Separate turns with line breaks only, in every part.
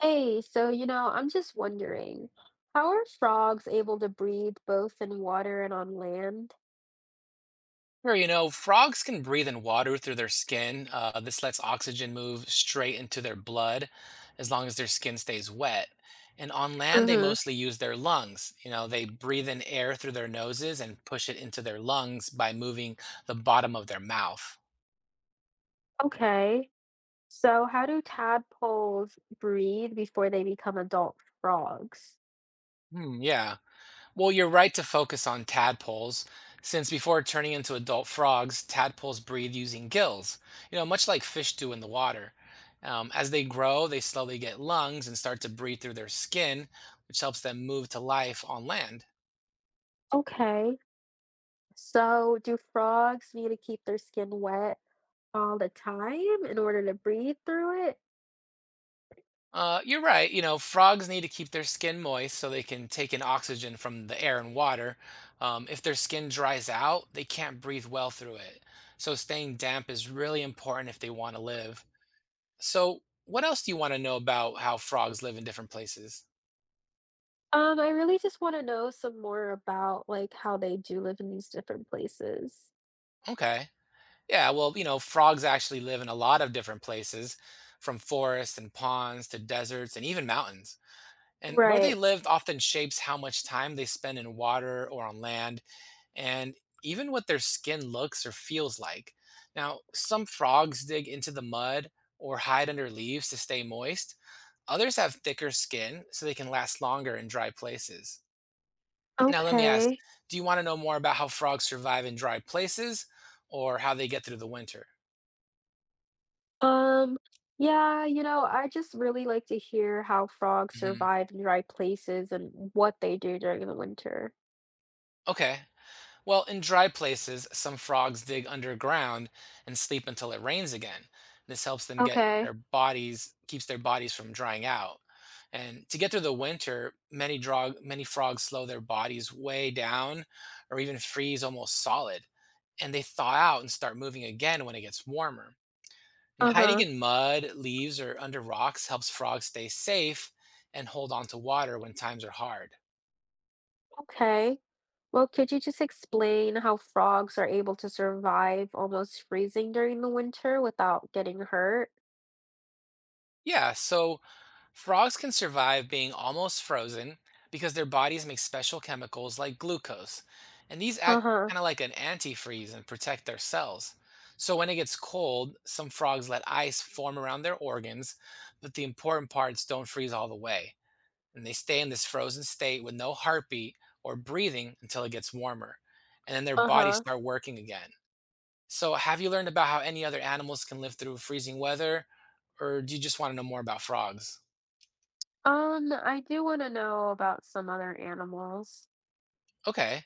Hey, I'm just wondering, how are frogs able to breathe both in water and on land?
Sure, you know, frogs can breathe in water through their skin. This lets oxygen move straight into their blood as long as their skin stays wet. And on land, they
Mm-hmm.
mostly use their lungs. You know, they breathe in air through their noses and push it into their lungs by moving the bottom of their mouth.
Okay, so how do tadpoles breathe before they become adult frogs?
Hmm, yeah. Well, you're right to focus on tadpoles, since before turning into adult frogs, tadpoles breathe using gills, you know, much like fish do in the water. As they grow, they slowly get lungs and start to breathe through their skin, which helps them move to life on land.
Okay, so do frogs need to keep their skin wet all the time in order to breathe through it?
You're right, you know, frogs need to keep their skin moist so they can take in oxygen from the air and water. If their skin dries out, they can't breathe well through it. So staying damp is really important if they want to live. So, what else do you want to know about how frogs live in different places?
I really just wanna know some more about, like, how they do live in these different places.
Okay. Yeah, well, you know, frogs actually live in a lot of different places, from forests and ponds to deserts and even mountains. And where they
Right.
live often shapes how much time they spend in water or on land, and even what their skin looks or feels like. Now, some frogs dig into the mud or hide under leaves to stay moist. Others have thicker skin so they can last longer in dry places. Now, let me ask,
Okay.
do you want to know more about how frogs survive in dry places or how they get through the winter?
Um, yeah, I just really like to hear how frogs
Hmm.
survive in dry places and what they do during the winter.
Okay. Well, in dry places, some frogs dig underground and sleep until it rains again. This helps them get
Okay.
their bodies, keeps their bodies from drying out. And to get through the winter, many frogs slow their bodies way down or even freeze almost solid. And they thaw out and start moving again when it gets warmer. And hiding
Uh-huh.
in mud, leaves, or under rocks helps frogs stay safe and hold on to water when times are hard.
Okay. Well, could you just explain how frogs are able to survive almost freezing during the winter without getting hurt?
Yeah, so frogs can survive being almost frozen because their bodies make special chemicals like glucose. And these act
Uh-huh.
kind of like an antifreeze and protect their cells. So when it gets cold, some frogs let ice form around their organs, but the important parts don't freeze all the way. And they stay in this frozen state with no heartbeat or breathing until it gets warmer, and then their bodies
Uh-huh.
start working again. So, have you learned about how any other animals can live through freezing weather, or do you just want to know more about frogs?
I do want to know about some other animals.
Okay.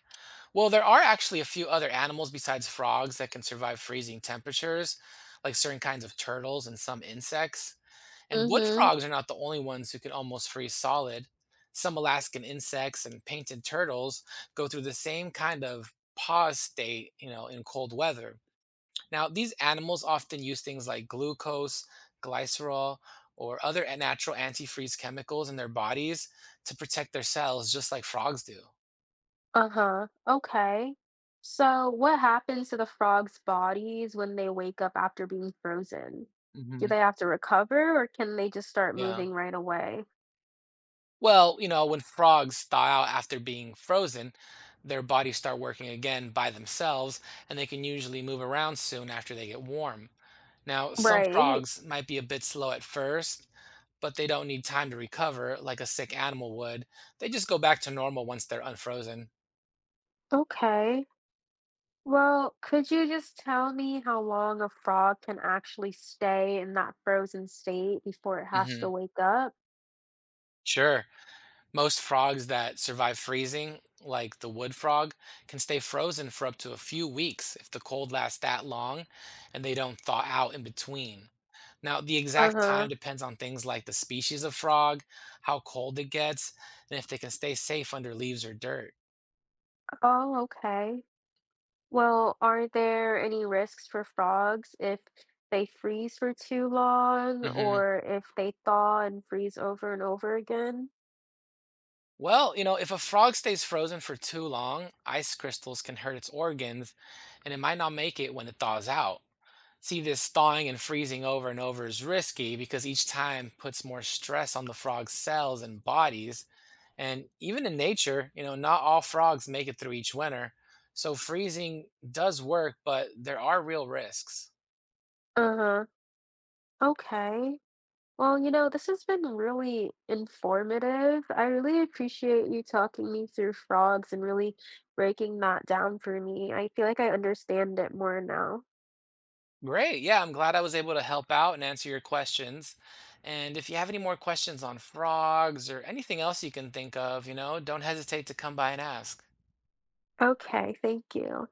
Well, there are actually a few other animals besides frogs that can survive freezing temperatures, like certain kinds of turtles and some insects. And wood
Mm-hmm.
frogs are not the only ones who can almost freeze solid. Some Alaskan insects and painted turtles go through the same kind of pause state, you know, in cold weather. Now, these animals often use things like glucose, glycerol, or natural antifreeze chemicals in their bodies to protect their cells, just like frogs do.
Uh-huh. Okay. So, what happens to the frogs' bodies when they wake up after being frozen? Do
Hmm.
they have to recover or can they just start
Yeah.
moving right away?
Well, you know, when frogs thaw out after being frozen, their bodies start working again by themselves, and they can usually move around soon after they get warm. Now, some
Right.
frogs might be a bit slow at first, but they don't need time to recover like a sick animal would. They just go back to normal once they're unfrozen.
Okay. Well, could you just tell me how long a frog can actually stay in that frozen state before it has to
Hmm.
wake up?
Sure. Most frogs that survive freezing, like the wood frog, can stay frozen for up to a few weeks if the cold lasts that long and they don't thaw out in between. Now, the exact time
Uh-huh.
depends on things like the species of frog, how cold it gets, and if they can stay safe under leaves or dirt.
Oh, okay. Well, are there any risks for frogs if they freeze for too long
Hmm.
or if they thaw and freeze over and over again?
Well, you know, if a frog stays frozen for too long, ice crystals can hurt its organs, and it might not make it when it thaws out. See, this thawing and freezing over and over is risky because each time puts more stress on the frog's cells and bodies, and even in nature, you know, not all frogs make it through each winter. So freezing does work, but there are real risks.
Uh-huh. Okay. Well, this has been really informative. I really appreciate you talking me through frogs and really breaking that down for me. I feel like I understand it more now.
Great. Yeah, I'm glad I was able to help out and answer your questions. And if you have any more questions on frogs or anything else you can think of, you know, don't hesitate to come by and ask.
Okay, thank you.